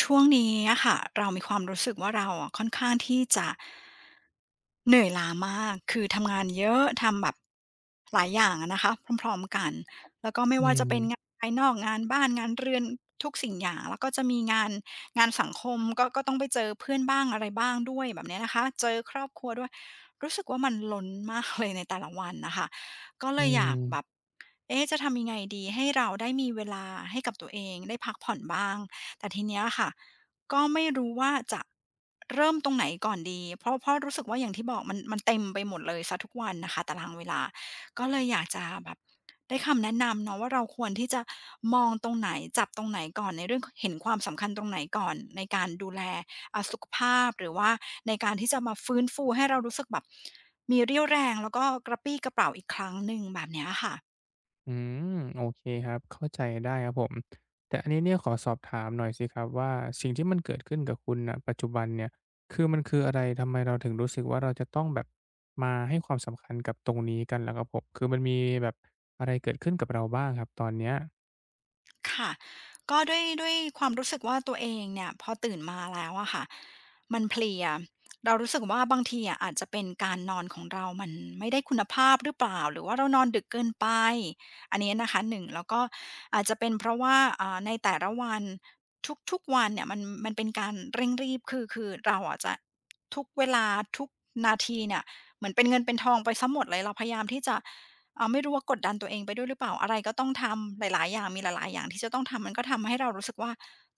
ช่วงนี้อะค่ะเรามีความรู้สึกว่าเราอะค่อนข้างที่จะเหนื่อยล้ามากคือทำงานเยอะทำแบบหลายอย่างอะนะคะพร้อมๆกันแล้วก็ไม่อืว่าจะเป็นงานมภายนอกงานบ้านงานเรือนทุกสิ่งอย่างแล้วก็จะมีงานงานสังคมก็ก็ต้องไปเจอเพื่อนบ้างอะไรบ้างด้วยแบบเนี้ยนะคะเจอครอบครัวด้วยรู้สึกว่ามันล้นมากเลยใน แต่ละวันน่ะค่ะก็เลอืยอมยากแบบเอ๊ะจะทำยังไงดีให้เราได้มีเวลาให้กับตัวเองได้พักผ่อนบ้าง แต่ทีเนี้ยค่ะก็ไม่รู้ว่าจะเริ่มตรงไหนก่อนดีเพราะรู้สึกว่าอย่างที่บอกมันเต็มไปหมดเลยเสียทุกวันนะคะตารางเวลาก็เลยอยากจะแบบได้คำแนะนำเนาะว่าเราควรที่จะมองตรงไหนจับตรงไหนก่อนในเรื่องเห็นความสำคัญตรงไหนก่อนในการดูแลสุขภาพหรือว่าในการที่จะมาฟื้นฟูให้เรารู้สึกแบบมีเรี่ยวแรงแล้วก็กระปรี้กระเปร่าอีกครั้งหนึ่งแบบเนี้ยค่ะ อืมโอเคครับ เข้าใจได้ครับผมแต่อันนี้เนี่ยขอสอบถามหน่อยสิครับว่าสิ่งที่มันเกิดขึ้นกับคุณณปัจจุบันเนี่ยคือมันคืออะไรทำไมเราถึงรู้สึกว่าเราจะต้องแบบมาให้ความสำคัญกับตรงนี้กันล่ะครับผมคือมันมีแบบอะไรเกิดขึ้นกับเราบ้างครับตอนเนี้ยค่ะก็ด้วยความรู้สึกว่าตัวเองเนี่ยพอตื่นมาแล้วอะค่ะมันเพลียเรารู้สึกว่าบางทีอะอาจจะเป็นการนอนของเรามันไม่ได้คุณภาพหรือเปล่าหรือว่าเรานอนดึกเกินไปอันนี้นะคะ1แล้วก็อาจจะเป็นเพราะว่าในแต่ละวันทุกๆวันเนี่ยมันมันเป็นการเร่งรีบคือคือเราอาจจะทุกเวลาทุกนาทีเนี่ยเหมือนเป็นเงินเป็นทองไปเสหมดเลยเราพยายามที่จะ ไม่รู้ว่ากดดันตัวเองไปด้วยหรือเปล่าอะไรก็ต้องทำหลายๆอย่างมีหลายๆอย่างที่จะต้องทำมันก็ทำให้เรารู้สึกว่า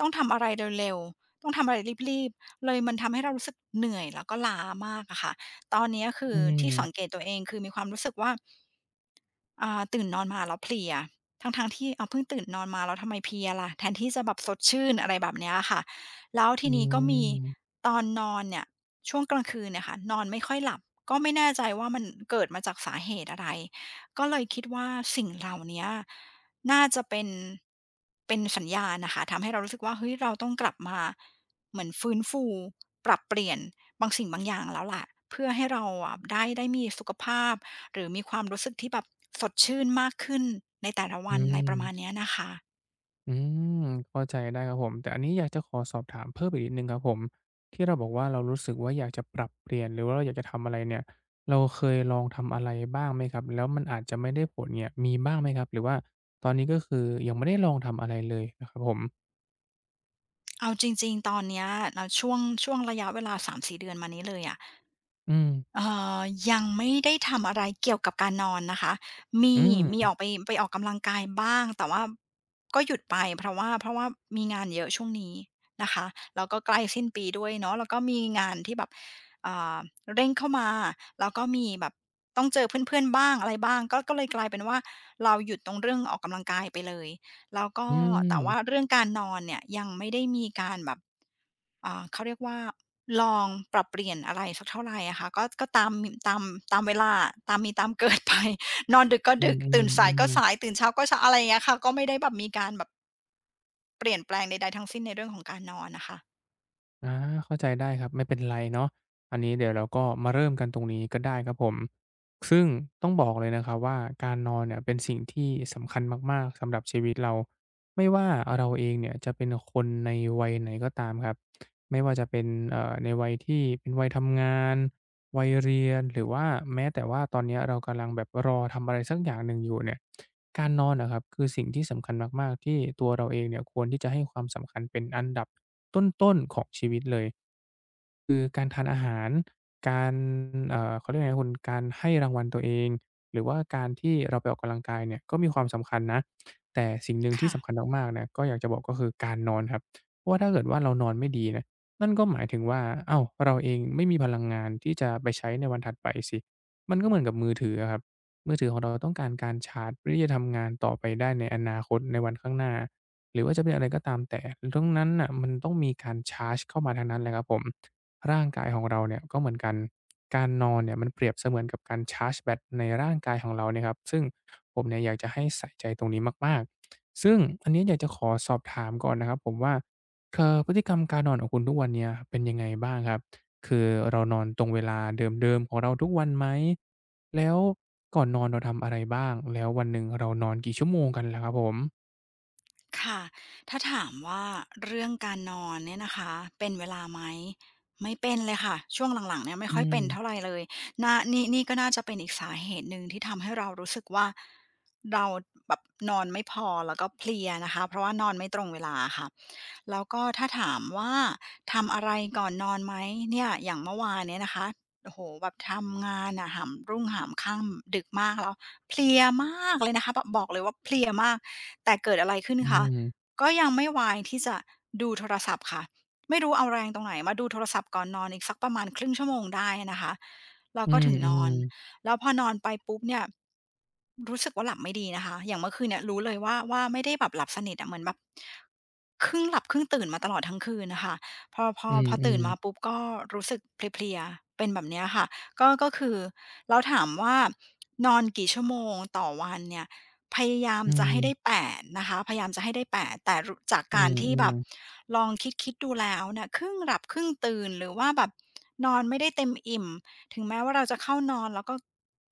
ต้องทำอะไรเร็วๆต้องทำอะไรรีบๆเลยมันทำให้เรารู้สึกเหนื่อยแล้วก็ล้ามากอะค่ะตอนเนี้ยคือือมที่สังเกตตัวเองคือมีความรู้สึกว่า ตื่นนอนมาแล้วเพลียทั้งๆที่อ้าวเพิ่งตื่นนอนมาแล้วทำไมเพลียล่ะแทนที่จะแบบสดชื่นอะไรแบบเนี้ยค่ะแล้วอืทีนี้ก็มีมตอนนอนเนี่ยช่วงกลางคืนเนี่ยค่ะนอนไม่ค่อยหลับก็ไม่แน่ใจว่ามันเกิดมาจากสาเหตุอะไรก็เลยคิดว่าสิ่งเหล่าเนี้ยน่าจะเป็นเป็นสัญญาณน่ะค่ะทำให้เรารู้สึกว่าเฮ้ยเราต้องกลับมา เหมือนฟื้นฟูปรับเปลี่ยนบางสิ่งบางอย่างแล้วล่ะเพื่อให้เราอะได้ได้มีสุขภาพหรือมีความรู้สึกที่แบบสดชื่นมากขึ้นในแต่ละอืวันอะไรประมาณม เนี้ยนะคะอืมเข้าใจได้ครับผม แต่อันนี้อยากจะขอสอบถามเพิ่มอีกนิดหนึ่งครับผม ที่เราบอกว่าเรารู้สึกว่าอยากจะปรับเปลี่ยนหรือว่าเราอยากจะทำอะไรเนี่ยเราเคยลองทำอะไรบ้างไหมครับแล้วมันอาจจะไม่ได้ผลเนี่ยมีบ้างไหมครับหรือว่าตอนนี้ก็คือยังไม่ได้ลองทำอะไรเลยนะครับผม เอาจริงๆตอนเนี้ยแล้วช่วงระยะเวลา3-4เดือนมานี้เลยอะ อืมเอ่อยังไม่ได้ทำอะไรเกี่ยวกับการนอนนะคะ มีอืมมีออกไปออกกำลังกายบ้างแต่ว่าก็หยุดไปเพราะว่ามีงานเยอะช่วงนี้นะคะแล้วก็ใกล้สิ้นปีด้วยเนาะแล้วก็มีงานที่แบบอ่าเร่งเข้ามาแล้วก็มีแบบต้องเจอเพื่อนๆบ้างอะไรบ้างก็ก็เลยกลายเป็นว่าเราหยุดตรงเรื่องออกกำลังกายไปเลยแล้วก็อืแต่มว่าเรื่องการนอนเนี่ยยังไม่ได้มีการแบบ เขาเรียกว่าลองปรับเปลี่ยนอะไรสักเท่าไหรอะค่ะก็ก็ตามตามเวลาตามมีตามเกิดไป นอนดึกก็อืดึกตื่นสายก็อๆสายๆ ตื่นเช้าก็เช้าอะไรอย่างเงี้ยค่ะก็ไม่ได้แบบมีการแบบเปลี่ยนแปลงใดๆทั้งสิ้นในเรื่องของการนอนนะคะอาเข้าใจได้ครับไม่เป็นไรเนาะอันนี้เดี๋ยวเราก็มาเริ่มกันตรงนี้ก็ได้ครับผมซึ่งต้องบอกเลยนะครับว่าการนอนเนี่ยเป็นสิ่งที่สำคัญมากๆสำหรับชีวิตเราไม่ว่าเราเองเนี่ยจะเป็นคนในวัยไหนก็ตามครับไม่ว่าจะเป็นในวัยที่เป็นวัยทำงานวัยเรียนหรือว่าแม้แต่ว่าตอนเนี้ยเรากำลังแบบรอทำอะไรสักอย่างหนึ่งอยู่เนี่ย การนอนนะครับคือสิ่งที่สำคัญมากๆที่ตัวเราเองเนี่ยควรที่จะให้ความสำคัญเป็นอันดับต้นๆของชีวิตเลย คือการทานอาหารการเขาเรียกไงนะคุณการให้รางวัลตัวเองหรือว่าการที่เราไปออกกำลังกายเนี่ยก็มีความสำคัญนะแต่สิ่งหนึ่งที่สำคัญค่ะ มากๆนะก็อยากจะบอกก็คือการนอนครับเพราะว่าถ้าเกิดว่าเรานอนไม่ดีนะนั่นก็หมายถึงว่าอ้าวเราเองไม่มีพลังงานที่จะไปใช้ในวันถัดไปสิมันก็เหมือนกับมือถืออะครับมือถือของเราต้องการการชาร์จเพื่อที่จะทำงานต่อไปได้ในอนาคตในวันข้างหน้าหรือว่าจะเป็นอะไรก็ตามแต่ทั้งนั้นน่ะมันต้องมีการชาร์จเข้ามาทั้งนั้นเลยครับผม ร่างกายของเราเนี่ยก็เหมือนกันการนอนเนี่ยมันเปรียบเสมือนกับการชาร์จแบตในร่างกายของเราเนี่ยครับซึ่งผมเนี่ยอยากจะให้ใส่ใจตรงนี้มากๆซึ่งอันนี้อยากจะขอสอบถามก่อนนะครับผมว่าคือพฤติกรรมการนอนของคุณทุกวันเนี้ยเป็นยังไงบ้างครับคือเรานอนตรงเวลาเดิมๆของเราทุกวันไหมแล้วก่อนนอนเราทำอะไรบ้างแล้ววันหนึ่งเรานอนกี่ชั่วโมงกันล่ะครับผมค่ะถ้าถามว่าเรื่องการนอนเนี่ยนะคะเป็นเวลาไหมไม่เป็นเลยค่ะช่วงหลังๆเนี่ยไม่อืค่อยเป็นเท่าไรมเลยน่านี่ก็น่าจะเป็นอีกสาเหตุหนึ่งที่ทำให้เรารู้สึกว่าเราแบบนอนไม่พอแล้วก็เพลียนะคะเพราะว่านอนไม่ตรงเวลาอะค่ะแล้วก็ถ้าถามว่าทำอะไรก่อนนอนไหมเนี่ยอย่างเมื่อวานเนี่ยนะคะโอ้โฮแบบทำงานอะหามรุ่งหามค่ำดึกมากแล้ว เพลียมากเลยนะคะแบบบอกเลยว่าเพลียมากแต่เกิดอะไรขึ้นอืคะมก็ยังไม่ไวายที่จะดูโทรศัพท์ค่ะไม่รู้เอาแรงตรงไหนมาดูโทรศัพท์ก่อนนอนอีกสักประมาณครึ่งชั่วโมงได้นะคะแล้วอืก็ถึงนอมนๆแล้วพอนอนไปปุ๊บเนี่ยรู้สึกว่าหลับไม่ดีนะคะอย่างเมื่อคืนเนี่ยรู้เลยว่าไม่ได้แบบหลับสนิทอะเหมือนแบบครึ่งหลับครึ่งตื่นมาตลอดทั้งคืนน่ะค่ะพอพออืพอตื่นมมาปุ๊บๆก็รู้สึกเพลียๆเป็นแบบเนี้ยค่ะ ก็คือเราถามว่านอนกี่ชั่วโมงต่อวันเนี่ยพยายามอืจะให้ได้มแปดนะคะพยายามจะให้ได้แปดแต่รจากๆอืการที่แบบมลองคิดๆดูแล้วเนี่ยครึ่งหลับครึ่งตื่นหรือว่าแบบนอนไม่ได้เต็มอิ่มถึงแม้ว่าเราจะเข้านอนแล้วก็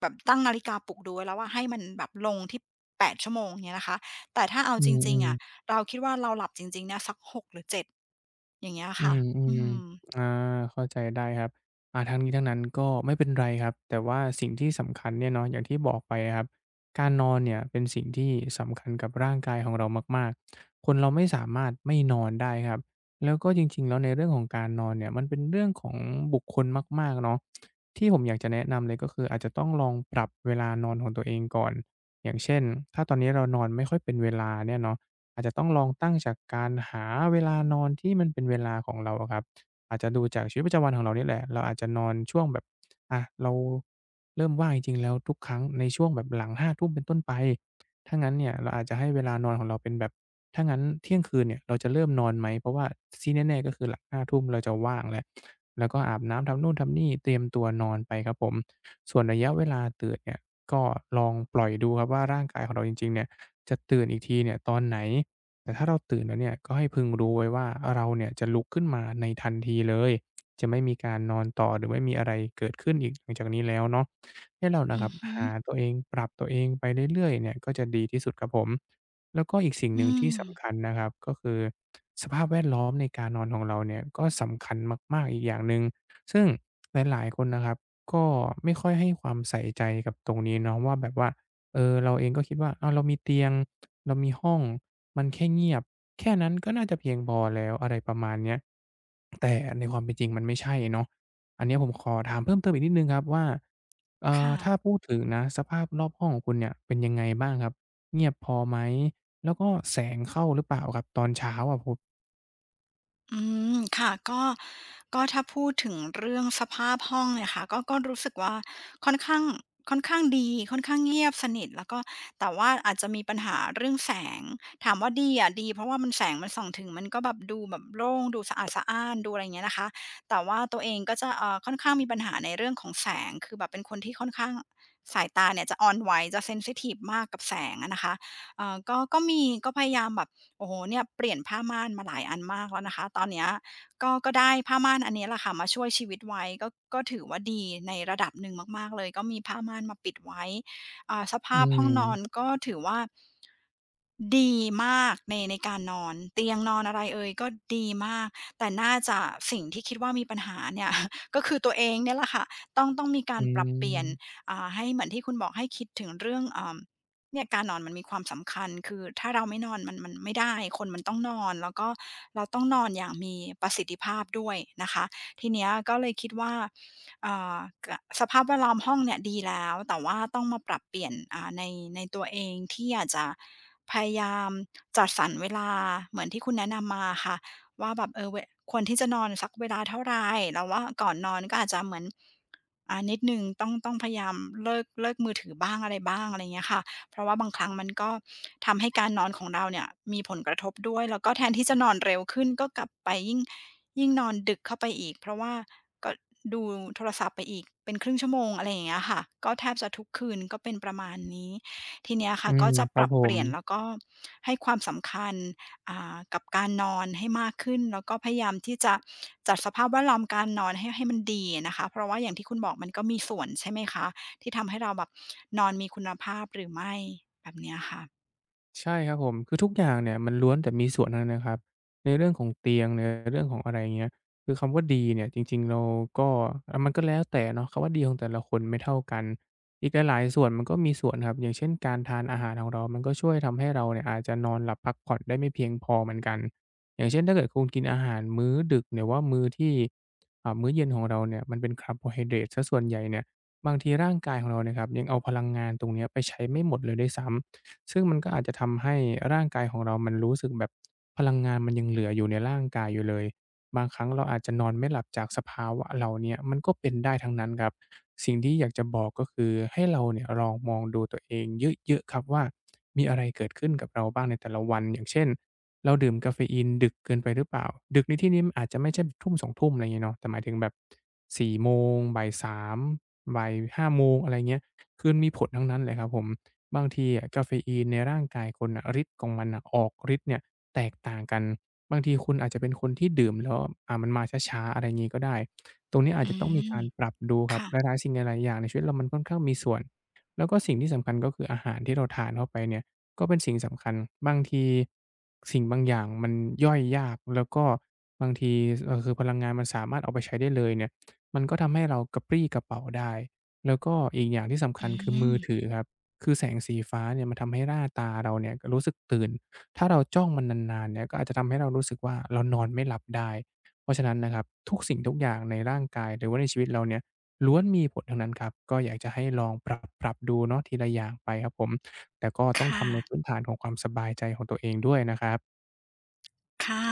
แบบตั้งนาฬิกาปลุกดูไว้แล้วว่าให้มันแบบลงที่แปดชั่วโมงเงี้ยนะคะแต่ถ้าเอาๆอืจริงๆม อะเราคิดว่าเราหลับจริงๆเนี่ยสัก6หรือ7อย่างเงี้ยอืค่ะมอือืมมอาเข้าใจได้ครับอ่าทั้งนี้ทั้งนั้นก็ไม่เป็นไรครับแต่ว่าสิ่งที่สำคัญเนี่ยเนาะอย่างที่บอกไปครับการนอนเนี่ยเป็นสิ่งที่สำคัญกับร่างกายของเรามากๆคนเราไม่สามารถไม่นอนได้ครับแล้วก็จริงๆแล้วในเรื่องของการนอนเนี่ยมันเป็นเรื่องของบุคคลมากๆเนาะที่ผมอยากจะแนะนำเลยก็คืออาจจะต้องลองปรับเวลานอนของตัวเองก่อนอย่างเช่นถ้าตอนนี้เรานอนไม่ค่อยเป็นเวลาเนี่ยเนาะ อาจจะต้องลองตั้งจากการหาเวลานอนที่มันเป็นเวลาของเราอะครับอาจจะดูจากชีวิตประจำวันของเรานี่แหละเราอาจจะนอนช่วงแบบอะเราเริ่มว่างจริงๆแล้วทุกครั้งในช่วงแบบหลังห้าทุ่มเป็นต้นไปถ้างั้นเนี่ยเราอาจจะให้เวลานอนของเราเป็นแบบถ้างั้นเที่ยงคืนเนี่ยเราจะเริ่มนอนไหมเพราะว่าที่แน่ๆก็คือหลังห้าทุ่มเราจะว่างแล้วแล้วก็อาบน้ำทำนู่นทำนี่เตรียมตัวนอนไปครับผมส่วนระยะเวลาตื่นเนี่ยก็ลองปล่อยดูครับว่าร่างกายของเราจริงๆเนี่ยจะตื่นอีกทีเนี่ยตอนไหน แต่ถ้าเราตื่นแล้วเนี่ยก็ให้พึงรู้ไว้ว่าเราเนี่ยจะลุกขึ้นมาในทันทีเลยจะไม่มีการนอนต่อหรือไม่มีอะไรเกิดขึ้นอีกหลังจากนี้แล้วเนาะให้เรานะคอืรัอบฮึหาตัวเองปรับตัวเองไปเรื่อยๆเนี่ยก็จะดีที่สุดครับผมแล้วก็อีกสิ่งหอืนึ่งมที่สำคัญนะครับก็คือสภาพแวดล้อมในการนอนของเราเนี่ยก็สำคัญมากๆอีกอย่างหนึ่งซึ่งหลายๆคนนะครับก็ไม่ค่อยให้ความใส่ใจกับตรงนี้เนาะว่าแบบว่าเออเราเองก็คิดว่าอ้าวเรามีเตียงเรามีห้อง มันแค่เงียบแค่นั้นก็น่าจะเพียงพอแล้วอะไรประมาณเนี้ยแต่ในความเป็นจริงมันไม่ใช่เนาะอันเนี้ยผมขอถามเพิ่มเติมอีกนิดหนึ่งครับว่าค่ะ ถ้าพูดถึงนะสภาพรอบห้องของคุณเนี่ยเป็นยังไงบ้างครับเงียบพอไหมแล้วก็แสงเข้าหรือเปล่าครับตอนเช้าอะผมอืมค่ะก็ถ้าพูดถึงเรื่องสภาพห้องเนี่ยค่ะก็รู้สึกว่าค่อนข้างค่อนข้างดีค่อนข้างเงียบสนิทแล้วก็แต่ว่าอาจจะมีปัญหาเรื่องแสงถามว่าดีอะดีเพราะว่ามันแสงมันส่องถึงมันก็แบบดูแบบโล่งดูสะอาดสะอ้านดูอะไรอย่างเงี้ยนะคะแต่ว่าตัวเองก็จะค่อนข้างมีปัญหาในเรื่องของแสงคือแบบเป็นคนที่ค่อนข้างสายตาเนี่ยจะอ่อนไหวจะเซนซิทิฟมากกับแสงอะนะคะก็มีก็พยายามแบบ โอ้โหเนี่ยเปลี่ยนผ้าม่านมาหลายอันมากแล้วนะคะ ตอนเนี้ยก็ได้ผ้าม่านอันนี้แหละค่ะมาช่วยชีวิตไว้ก็ถือว่าดีในระดับหนึ่งมากๆเลยก็มีผ้าม่านมาปิดไว้สอืภาพห้มองนอนก็ถือว่า ดีมากในการนอนเตียงนอนอะไรเอยก็ดีมากแต่น่าจะสิ่งที่คิดว่ามีปัญหาเนี่ย ก็คือตัวเองเนี่ยแหละค่ะต้องมีการอืปรับเปลี่ยนมให้เหมือนที่คุณบอกให้คิดถึงเรื่องเนี่ยการนอนมันมีความสำคัญคือถ้าเราไม่นอนมันไม่ได้คนมันต้องนอนแล้วก็เราต้องนอนอย่างมีประสิทธิภาพด้วยนะคะทีเนี้ยก็เลยคิดว่าอ่ากะสภาพแวดล้อมห้องเนี่ยดีแล้วแต่ว่าต้องมาปรับเปลี่ยนในตัวเองที่อาจจะ พยายามจัดสรรเวลาเหมือนที่คุณแนะนำมาค่ะว่าแบบเออเวควรที่จะนอนสักเวลาเท่าไรแล้วว่าก่อนนอนก็อาจจะเหมือนนิดหนึ่งต้องพยายามเลิกมือถือบ้างอะไรบ้างอะไรอย่างเงี้ยค่ะเพราะว่าบางครั้งมันก็ทำให้การนอนของเราเนี่ยมีผลกระทบด้วยแล้วก็แทนที่จะนอนเร็วขึ้นก็กลับไปยิ่งนอนดึกเข้าไปอีกเพราะว่าก็ดูโทรศัพท์ไปอีกเป็นครึ่งชั่วโมงอะไรอย่างเงี้ยค่ะก็แทบจะทุกคืนก็เป็นประมาณนี้ ทีเนี้ยอืค่ะก็มจะคปรับรับผเปม ลี่ยนแล้วก็ให้ความสำคัญกับการนอนให้มากขึ้นแล้วก็พยายามที่จะจัดสภาพแวดล้อมการนอนให้มันดีนะคะเพราะว่าอย่างที่คุณบอกมันก็มีส่วนใช่ไหมคะที่ทำให้เราแบบนอนมีคุณภาพหรือไม่แบบเนี้ยค่ะใช่ครับผมคือทุกอย่างเนี่ยมันล้วนแต่มีส่วนทั้งนั้นนะครับในเรื่องของเตียงในเรื่องของอะไรเงี้ยคือคำว่าดีเนี่ยจริงๆเราก็อามันก็แล้วแต่เนาะคำว่าดีของแต่ละคนไม่เท่ากันอีกหลายๆส่วนมันก็มีส่วนครับอย่างเช่นการทานอาหารของเรามันก็ช่วยทำให้เราเนี่ยอาจจะนอนหลับพักผ่อนได้ไม่เพียงพอเหมือนกันอย่างเช่นถ้าเกิดคุณกินอาหารมื้อดึกหรือว่ามื้อที่มื้อเย็นของเราเนี่ยมันเป็นคาร์โบไฮเดรตเสียส่วนใหญ่เนี่ยบางทีร่างกายของเราเนี่ยครับยังเอาพลังงานตรงเนี้ยไปใช้ไม่หมดเลยด้วยซ้ำ ซึ่งมันก็อาจจะทำให้ร่างกายของเรามันรู้สึกแบบพลังงานมันยังเหลืออยู่ในร่างกายอยู่เลยบางครั้งเราอาจจะนอนไม่หลับจากสภาวะเหล่าเนี้ยมันก็เป็นได้ทั้งนั้นครับสิ่งที่อยากจะบอกก็คือให้เราเนี่ยลองมองดูตัวเองเยอะๆครับว่ามีอะไรเกิดขึ้นกับเราบ้างในแต่ละวันอย่างเช่นเราดื่มกาเฟอีนดึกเกินไปหรือเปล่าดึกในที่นี้มันอาจจะไม่ใช่ทุ่มสองทุ่มอะไรอย่างงี้เนาะแต่หมายถึงแบบสี่โมงบ่ายสามบ่ายห้าโมงอะไรเงี้ยคือมันมีผลทั้งนั้นเลยครับผม บางทีอะกาเฟอีนในร่างกายคนน่ะฤทธิ์ของมันน่ะออกฤทธิ์เนี่ยแตกต่างกันบางทีคุณอาจจะเป็นคนที่ดื่มแล้วมันมาช้าๆอะไรงี้ก็ได้ตรงนี้อาจอืจะต้องมีมการปรับดูครับค่ะหลายๆสิ่งหลายๆอย่างในชีวิตเรามันค่อนข้างมีส่วนแล้วก็สิ่งที่สำคัญก็คืออาหารที่เราทานเข้าไปเนี่ยก็เป็นสิ่งสำคัญบางทีสิ่งบางอย่างมันย่อยยากแล้วก็บางทีคือพลังงานมันสามารถเอาไปใช้ได้เลยเนี่ยมันก็ทำให้เรากระปรี้กระเปร่าได้แล้วก็อีกอย่างที่สำคัอืญคือมืมอถือครับ คือแสงสีฟ้าเนี่ยมันทำให้ร่าตาเราเนี่ยรู้สึกตื่น ถ้าเราจ้องมันนานๆเนี่ยก็อาจจะทำให้เรารู้สึกว่าเรานอนไม่หลับได้เพราะฉะนั้นนะครับทุกสิ่งทุกอย่างในร่างกายหรือว่าในชีวิตเราเนี่ยล้วนมีผลทั้งนั้นครับก็อยากจะให้ลองปรับดูเนาะทีละอย่างไปครับผมแต่ก็ต้องค่ะ ทำในพื้นฐานของความสบายใจของตัวเองด้วยนะครับค่ะ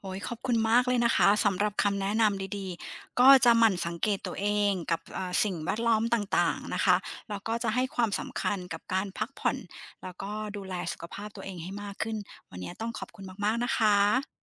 โอ้ยขอบคุณมากเลยนะคะสำหรับคำแนะนำดีๆก็จะหมั่นสังเกตตัวเองกับสิ่งแวดล้อมต่างๆนะคะแล้วก็จะให้ความสำคัญกับการพักผ่อนแล้วก็ดูแลสุขภาพตัวเองให้มากขึ้นวันนี้ต้องขอบคุณมากๆนะคะ